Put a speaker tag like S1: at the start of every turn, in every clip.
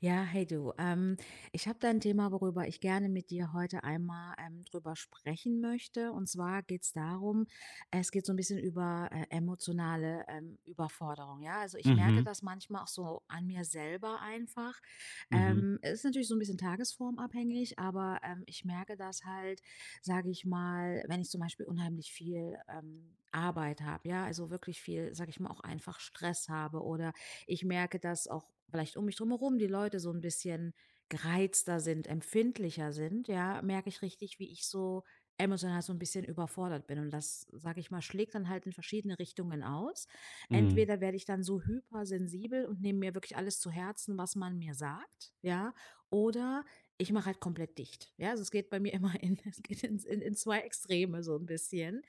S1: Ja, hey du. Ich habe da ein Thema, worüber ich gerne mit dir heute einmal, drüber sprechen möchte. Und zwar geht's darum, es geht so ein bisschen über, emotionale, Überforderung, ja? Also, ich merke
S2: Mhm,
S1: das manchmal auch so an mir selber einfach.
S2: mhm,
S1: Es ist natürlich so ein bisschen tagesformabhängig, aber, ich merke das halt, sage ich mal, wenn ich zum Beispiel unheimlich viel, Arbeit habe, ja? Also, wirklich viel, sage ich mal, auch einfach Stress habe oder ich merke, dass auch vielleicht um mich drumherum die Leute so ein bisschen gereizter sind, empfindlicher sind, ja, merke ich richtig, wie ich so emotional so ein bisschen überfordert bin. Und das, sage ich mal, schlägt dann halt in verschiedene Richtungen aus.
S2: mhm,
S1: Entweder werde ich dann so hypersensibel und nehme mir wirklich alles zu Herzen, was man mir sagt, ja, oder ich mache halt komplett dicht. Ja, also, es geht bei mir immer in es geht in in 2 Extreme so ein bisschen.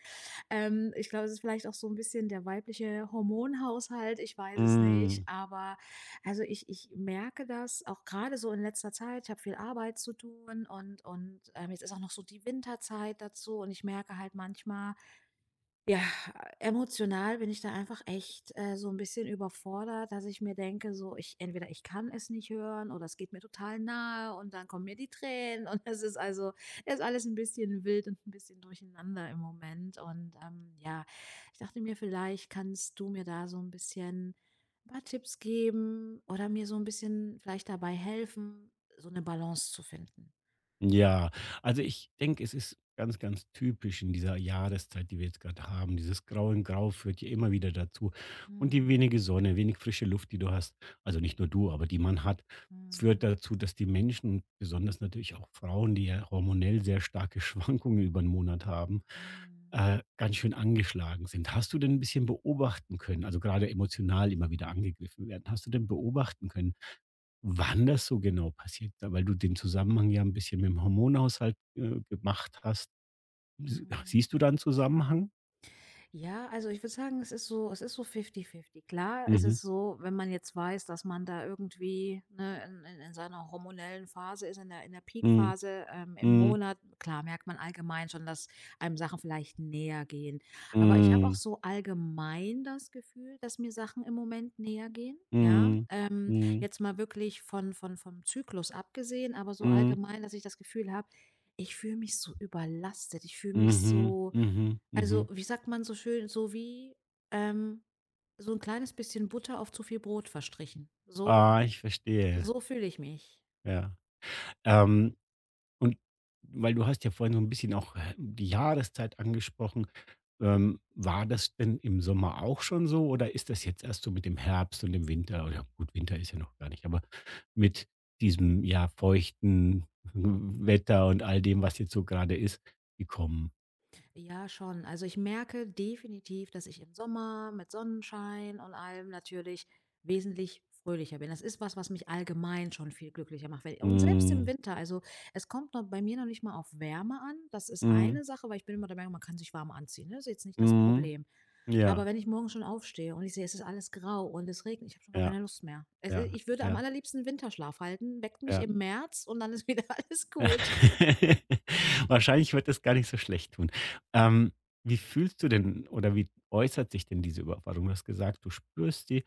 S1: Ich glaube, es ist vielleicht auch so ein bisschen der weibliche Hormonhaushalt, ich weiß es nicht,
S2: mhm.
S1: aber also, ich merke das auch gerade so in letzter Zeit. Ich habe viel Arbeit zu tun und, jetzt ist auch noch so die Winterzeit dazu und ich merke halt manchmal ja, emotional bin ich da einfach echt, so ein bisschen überfordert, dass ich mir denke, so, ich entweder ich kann es nicht hören oder es geht mir total nahe und dann kommen mir die Tränen und es ist also ist alles ein bisschen wild und ein bisschen durcheinander im Moment und, ja, ich dachte mir, vielleicht kannst du mir da so ein bisschen 'n paar Tipps geben oder mir so ein bisschen vielleicht dabei helfen, so eine Balance zu finden.
S2: Ja, also ich denke, es ist ganz, ganz typisch in dieser Jahreszeit, die wir jetzt gerade haben. Dieses Grau in Grau führt ja immer wieder dazu. Und die
S1: Mhm,
S2: wenige Sonne, wenig frische Luft, die du hast, also nicht nur du, aber die man hat, führt
S1: mhm,
S2: dazu, dass die Menschen, besonders natürlich auch Frauen, die ja hormonell sehr starke Schwankungen über den Monat haben,
S1: mhm,
S2: ganz schön angeschlagen sind. Hast du denn ein bisschen beobachten können, also gerade emotional immer wieder angegriffen werden, hast du denn beobachten können, wann das so genau passiert, weil du den Zusammenhang ja ein bisschen mit dem Hormonhaushalt, gemacht hast. Sie
S1: mhm.
S2: siehst du da 'n Zusammenhang?
S1: Ja, also ich würde sagen, es ist so fifty-fifty. Klar ist
S2: Mhm.
S1: es so, wenn man jetzt weiß, dass man da irgendwie, ne, in in seiner hormonellen Phase ist, in der
S2: Mhm.
S1: Peakphase, im
S2: Mhm.
S1: Monat, klar merkt man allgemein schon, dass einem Sachen vielleicht näher gehen. Aber ich habe auch
S2: Mhm.
S1: so allgemein das Gefühl, dass mir Sachen im Moment näher gehen, ja?
S2: Mhm. Mhm.
S1: Jetzt mal wirklich von vom Zyklus abgesehen, aber so
S2: Mhm.
S1: allgemein, dass ich das Gefühl habe, ich fühle mich so überlastet. Ich fühle mich
S2: Mhm.
S1: so
S2: Mhm.
S1: also,
S2: Mhm.
S1: wie sagt man so schön, so wie, ähm, so ein kleines bisschen Butter auf zu viel Brot verstrichen.
S2: Ah,
S1: So
S2: ich verstehe.
S1: so fühle ich mich.
S2: Ja. Ähm Und weil du hast ja vorhin so ein bisschen auch die Jahreszeit angesprochen. War das denn im Sommer auch schon so oder ist das jetzt erst so mit dem Herbst und dem Winter oder gut, Winter ist ja noch gar nicht, aber mit diesem, ja, feuchten Wetter und all dem, was jetzt so gerade ist, gekommen?
S1: Ja, schon. Also ich merke definitiv, dass ich im Sommer mit Sonnenschein und allem natürlich wesentlich fröhlicher bin. Das ist was, was mich allgemein schon viel glücklicher macht. Wenn- und selbst im
S2: Mhm.
S1: Winter, also es kommt noch bei mir noch nicht mal auf Wärme an. Das ist
S2: Mhm.
S1: eine Sache, weil ich bin immer der Meinung, man kann sich warm anziehen. Ne? Das ist jetzt nicht das
S2: Mhm.
S1: Problem. Aber
S2: Ja,
S1: wenn ich morgen schon aufstehe und ich sehe, es ist alles grau und es regnet, ich habe schon gar
S2: ja,
S1: keine Lust mehr. Es, ist-
S2: ja,
S1: ich würde am
S2: ja,
S1: allerliebsten Winterschlaf halten, weckt mich
S2: ja.
S1: im März und dann ist wieder alles gut.
S2: Wahrscheinlich wird es gar nicht so schlecht tun. Ähm, wie fühlst du denn oder wie äußert sich denn diese Überforderung? Du hast gesagt, du spürst die.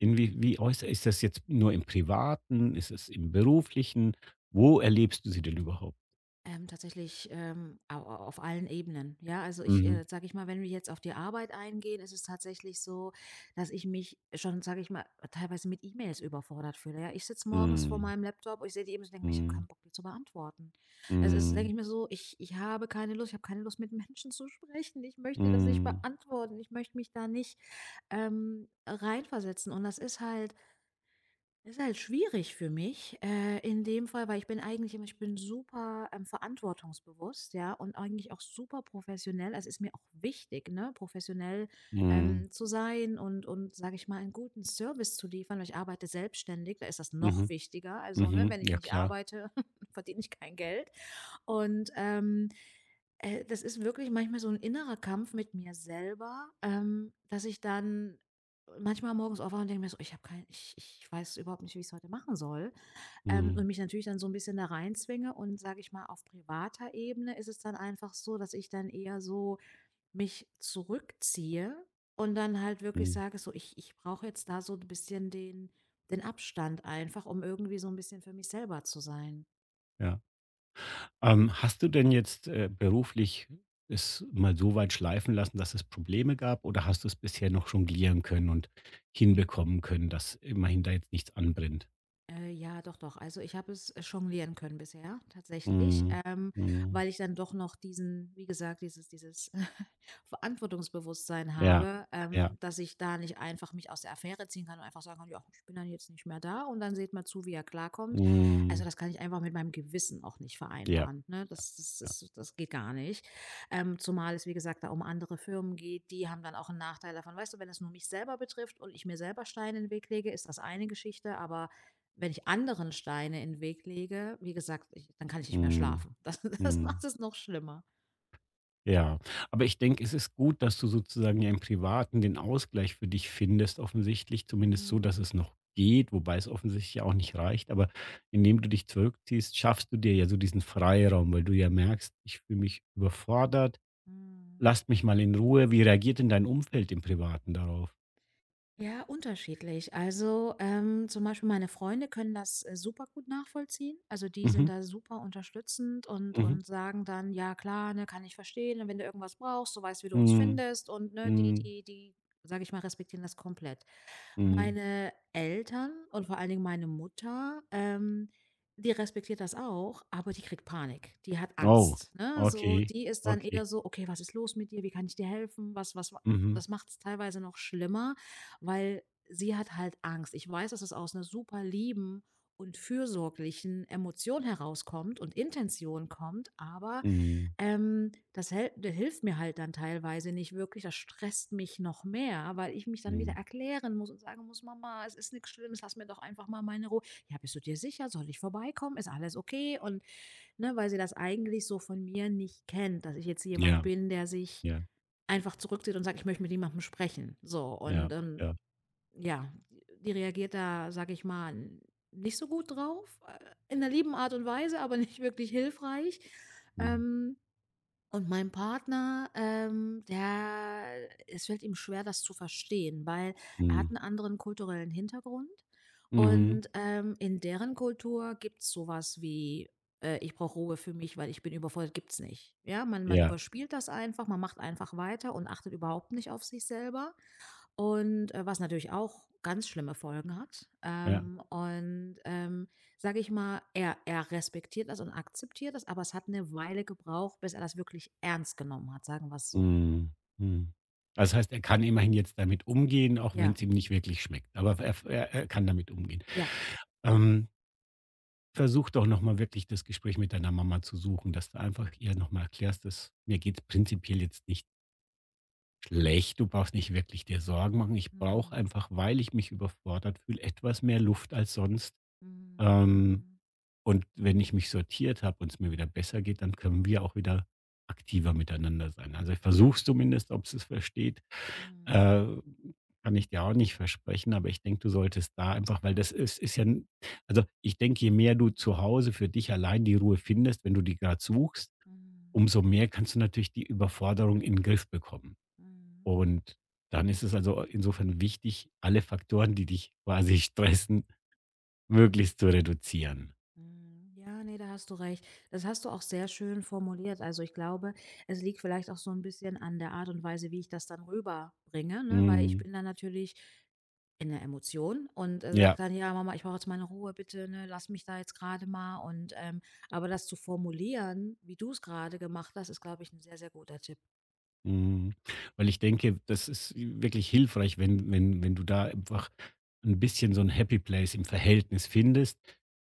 S2: Inwie wie äußert ist das jetzt nur im Privaten? Ist es im Beruflichen? Wo erlebst du sie denn überhaupt?
S1: Tatsächlich, au au auf allen Ebenen. Ja, also ich,
S2: Mhm.
S1: sage ich mal, wenn wir jetzt auf die Arbeit eingehen, ist es tatsächlich so, dass ich mich schon, sage ich mal, teilweise mit E-Mails überfordert fühle. Ja, ich sitze morgens vor
S2: Mhm.
S1: meinem Laptop und ich sehe die E-Mails und denke mir, ich habe keinen
S2: Mhm.
S1: Bock, die zu beantworten. Es ist, denke
S2: Mhm.
S1: ich mir so, ich habe keine Lust, ich habe keine Lust, mit Menschen zu sprechen. Ich möchte das nicht
S2: Mhm.
S1: beantworten. Ich möchte mich da nicht reinversetzen. Und das ist halt schwierig für mich, in dem Fall, weil ich bin eigentlich immer ich bin super, verantwortungsbewusst, ja, und eigentlich auch super professionell. Also, es ist mir auch wichtig, ne, professionell,
S2: Mhm.
S1: zu sein und, sage ich mal, einen guten Service zu liefern, weil ich arbeite selbstständig, da ist das noch
S2: Mhm.
S1: wichtiger. Also, ne,
S2: Mhm.
S1: wenn ich
S2: Ja,
S1: nicht
S2: klar.
S1: arbeite, verdiene ich kein Geld. Und, das ist wirklich manchmal so ein innerer Kampf mit mir selber, dass ich dann manchmal morgens aufwache und denke mir so: „Ich habe kein ich weiß überhaupt nicht, wie ich es heute machen soll.“
S2: Mhm.
S1: Und mich natürlich dann so ein bisschen da reinzwinge und, sage ich mal, auf privater Ebene ist es dann einfach so, dass ich dann eher so mich zurückziehe und dann halt wirklich
S2: Mhm.
S1: sage so: Ich brauche jetzt da so ein bisschen den Abstand einfach, um irgendwie so ein bisschen für mich selber zu sein.“
S2: Ja. Hast du denn jetzt, beruflich es mal so weit schleifen lassen, dass es Probleme gab oder hast du es bisher noch jonglieren können und hinbekommen können, dass immerhin da jetzt nichts anbrennt?
S1: Ja, doch, doch. Also, ich habe es jonglieren können bisher tatsächlich,
S2: Mhm, mhm.
S1: weil ich dann doch noch diesen wie gesagt, dieses Verantwortungsbewusstsein
S2: Ja,
S1: habe,
S2: ja,
S1: dass ich da nicht einfach mich aus der Affäre ziehen kann und einfach sagen kann: „Ja, ich bin dann jetzt nicht mehr da und dann seht mal zu, wie er klarkommt.“ Also,
S2: mhm,
S1: das kann ich einfach mit meinem Gewissen auch nicht
S2: ja,
S1: vereinbaren, ne?
S2: ja,
S1: Das
S2: ja,
S1: ist das geht gar nicht. Zumal es, wie gesagt, da um andere Firmen geht, die haben dann auch einen Nachteil davon. Weißt du, wenn es nur mich selber betrifft und ich mir selber Steine in den Weg lege, ist das eine Geschichte, aber wenn ich anderen Steine in den Weg lege, wie gesagt, ich dann kann ich nicht mehr
S2: mhm,
S1: schlafen. Das das
S2: mhm.
S1: macht es noch schlimmer.
S2: Ja, aber ich denke, es ist gut, dass du sozusagen ja im Privaten den Ausgleich für dich findest, offensichtlich, zumindest so, dass
S1: Mhm,
S2: es noch geht, wobei es offensichtlich ja auch nicht reicht. Aber indem du dich zurückziehst, schaffst du dir ja so diesen Freiraum, weil du ja merkst, ich fühle mich überfordert,
S1: mhm.
S2: lasst mich mal in Ruhe. Wie reagiert denn dein Umfeld im Privaten darauf?
S1: Ja, unterschiedlich. Also, zum Beispiel meine Freunde können das, super gut nachvollziehen. Also, die sind
S2: Mhm,
S1: da super unterstützend
S2: mhm,
S1: und sagen dann: „Ja klar, ne, kann ich verstehen. Und wenn du irgendwas brauchst, du weißt, wie du uns
S2: mhm,
S1: findest.“ Und, ne,
S2: mhm,
S1: die, sage ich mal, respektieren das komplett.
S2: mhm.
S1: Meine Eltern und vor allen Dingen meine Mutter, die respektiert das auch, aber die kriegt Panik. Die hat
S2: Oh,
S1: Angst, ne? So,
S2: okay,
S1: die ist dann
S2: okay.
S1: eher so: „Okay, was ist los mit dir? Wie kann ich dir helfen? Was was wa“
S2: Mhm,
S1: das macht es teilweise noch schlimmer, weil sie hat halt Angst. Ich weiß, dass es aus einer super lieben und fürsorglichen Emotion herauskommt und Intention kommt, aber
S2: mhm,
S1: das hält hilft mir halt dann teilweise nicht wirklich. Das stresst mich noch mehr, weil ich mich dann wieder
S2: mhm.
S1: erklären muss und sagen muss: „Mama, es ist nix Schlimmes, lass mir doch einfach mal meine Ruhe.“ „Ja, bist du dir sicher? Soll ich vorbeikommen? Ist alles okay?“ Und, ne, weil sie das eigentlich so von mir nicht kennt, dass ich jetzt jemand
S2: Ja,
S1: bin, der sich
S2: ja,
S1: einfach zurückzieht und sagt: „Ich möchte mit jemandem sprechen.“ So und,
S2: ja, ja.
S1: ja, die reagiert da, sage ich mal, nicht so gut drauf, in 'ner lieben Art und Weise, aber nicht wirklich hilfreich.
S2: Mhm,
S1: Ähm, und mein Partner, der es fällt ihm schwer, das zu verstehen, weil er hat
S2: mhm,
S1: einen anderen kulturellen Hintergrund
S2: mhm.
S1: und, in deren Kultur gibt's so was wie, „Ich brauche Ruhe für mich, weil ich bin überfordert“, gibt's nicht. Ja, man man
S2: Ja,
S1: überspielt das einfach, man macht einfach weiter und achtet überhaupt nicht auf sich selber. Und, was natürlich auch ganz schlimme Folgen hat.
S2: ja.
S1: Und, sage ich mal, er respektiert das und akzeptiert das, aber es hat eine Weile gebraucht, bis er das wirklich ernst genommen hat, sagen wir's so.
S2: Mhm, mhm. Also, das heißt, er kann immerhin jetzt damit umgehen, auch wenn
S1: Ja,
S2: es ihm nicht wirklich schmeckt. Aber er kann damit umgehen.
S1: ja.
S2: Ähm, versuch doch noch mal wirklich das Gespräch mit deiner Mama zu suchen, dass du einfach ihr noch mal erklärst, dass: „Mir geht es prinzipiell jetzt nicht schlecht. Du brauchst nicht wirklich dir Sorgen machen. Ich brauche
S1: Mhm.
S2: einfach, weil ich mich überfordert fühle, etwas mehr Luft als sonst.“
S1: Mhm.
S2: Ähm
S1: Mhm.
S2: Und wenn ich mich sortiert habe und es mir wieder besser geht, dann können wir auch wieder aktiver miteinander sein. Also ich versuche es zumindest, ob es es versteht.
S1: Mhm.
S2: Äh, kann ich dir auch nicht versprechen, aber ich denke, du solltest da einfach, weil das ist, ist ja, also ich denke, je mehr du zu Hause für dich allein die Ruhe findest, wenn du die gerade suchst,
S1: Mhm.
S2: umso mehr kannst du natürlich die Überforderung in den Griff bekommen.
S1: Mhm.
S2: Und dann ist es also insofern wichtig, alle Faktoren, die dich quasi stressen, möglichst zu reduzieren.
S1: Mhm. Ja, ne, da hast du recht. Das hast du auch sehr schön formuliert. Also, ich glaube, es liegt vielleicht auch so ein bisschen an der Art und Weise, wie ich das dann rüberbringe, ne? Weil ich
S2: Mm,
S1: bin dann natürlich in der Emotion und, sage
S2: ja.
S1: dann: „Ja, Mama, ich brauche jetzt meine Ruhe, bitte, ne? Lass mich da jetzt gerade mal.“ Und, aber das zu formulieren, wie du es gerade gemacht hast, ist, glaube ich, ein sehr, sehr guter Tipp.
S2: Mhm. Weil ich denke, das ist wirklich hilfreich, wenn du da einfach ein bisschen so ein Happy Place im Verhältnis findest.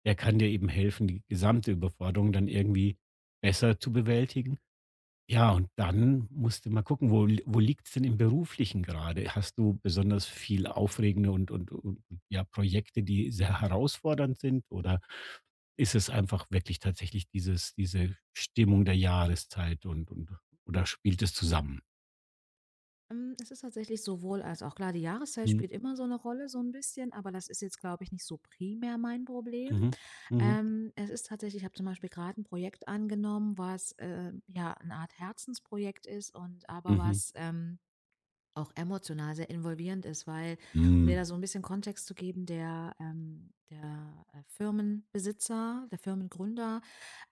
S2: Der kann dir eben helfen, die gesamte Überforderung dann irgendwie besser zu bewältigen. Ja, und dann musst du mal gucken, wo liegt's denn im Beruflichen gerade? Hast du besonders viel aufregende und ja, Projekte, die sehr herausfordernd sind? Oder ist es einfach wirklich tatsächlich diese Stimmung der Jahreszeit und oder spielt es zusammen?
S1: Hm, es ist tatsächlich sowohl als auch. Klar, die Jahreszeit
S2: Hm.
S1: spielt immer so eine Rolle so ein bisschen, aber das ist jetzt, glaube ich, nicht so primär mein Problem.
S2: Mhm. Mhm.
S1: Es ist tatsächlich ich habe zum Beispiel gerade ein Projekt angenommen, was, ja, eine Art Herzensprojekt ist und aber
S2: Mhm.
S1: was, auch emotional sehr involvierend ist, weil um dir da
S2: Mhm.
S1: so ein bisschen Kontext zu geben, der, Firmenbesitzer, der Firmengründer,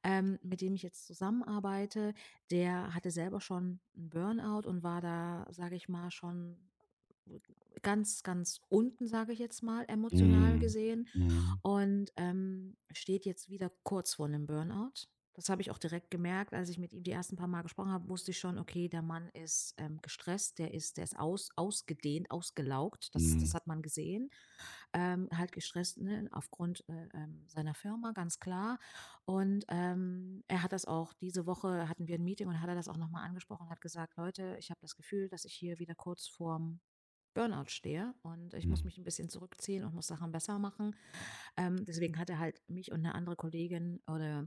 S1: mit dem ich jetzt zusammenarbeite, der hatte selber schon einen Burnout und war da, sage ich mal, schon ganz, ganz unten, sage ich jetzt mal, emotional
S2: Mhm.
S1: gesehen
S2: Mhm.
S1: und, steht jetzt wieder kurz vor 'nem Burnout. Das habe ich auch direkt gemerkt, als ich mit ihm die ersten paar Mal gesprochen habe, wusste ich schon, okay, der Mann ist, gestresst, der ist ausgedehnt, ausgelaugt, das
S2: Mhm.
S1: hat man gesehen. Halt gestresst, ne, aufgrund, seiner Firma, ganz klar. Und, er hat das auch diese Woche hatten wir ein Meeting und hat er das auch noch mal angesprochen und hat gesagt: „Leute, ich habe das Gefühl, dass ich hier wieder kurz vorm Burnout stehe und ich muss
S2: Mhm.
S1: mich ein bisschen zurückziehen und muss Sachen besser machen.“ Ähm, deswegen hat er halt mich und eine andere Kollegin oder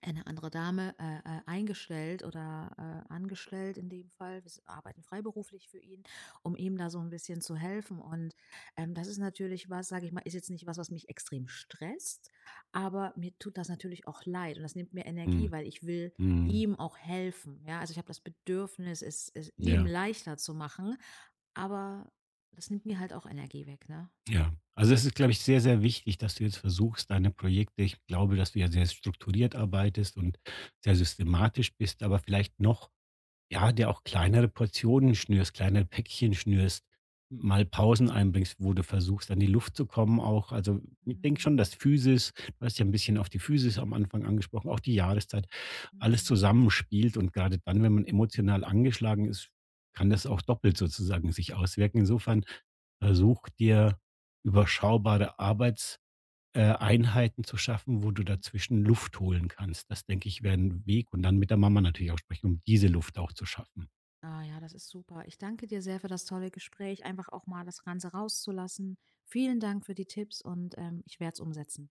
S1: eine andere Dame, eingestellt oder, angestellt in dem Fall. Wir s arbeiten freiberuflich für ihn, um ihm da so ein bisschen zu helfen. Und, das ist natürlich was, sage ich mal ist jetzt nicht was, was mich extrem stresst, aber mir tut das natürlich auch leid und das nimmt mir Energie,
S2: Mhm.
S1: weil ich will
S2: Mhm.
S1: ihm auch helfen, ja? Also, ich habe das Bedürfnis, es ihm
S2: Ja,
S1: leichter zu machen, aber das nimmt mir halt auch Energie weg, ne?
S2: ja. Also, es ist, glaube ich, sehr, sehr wichtig, dass du jetzt versuchst, deine Projekte ich glaube, dass du ja sehr strukturiert arbeitest und sehr systematisch bist, aber vielleicht noch ja, der auch kleinere Portionen schnürst, kleinere Päckchen schnürst, mal Pausen einbringst, wo du versuchst, an die Luft zu kommen auch. Also, ich denke schon,
S1: Mhm,
S2: dass Physis du hast ja ein bisschen auf die Physis am Anfang angesprochen, auch die Jahreszeit, alles zusammenspielt und gerade dann, wenn man emotional angeschlagen ist, kann das auch doppelt sozusagen sich auswirken. Insofern versuch dir überschaubare Arbeits Einheiten zu schaffen, wo du
S1: mhm.
S2: dazwischen Luft holen kannst. Das denke ich, wäre ein Weg und dann mit der Mama natürlich auch sprechen, um diese Luft auch zu schaffen.
S1: Ah ja, das ist super. Ich danke dir sehr für das tolle Gespräch, einfach auch mal das Ganze rauszulassen. Vielen Dank für die Tipps und ich werde es umsetzen.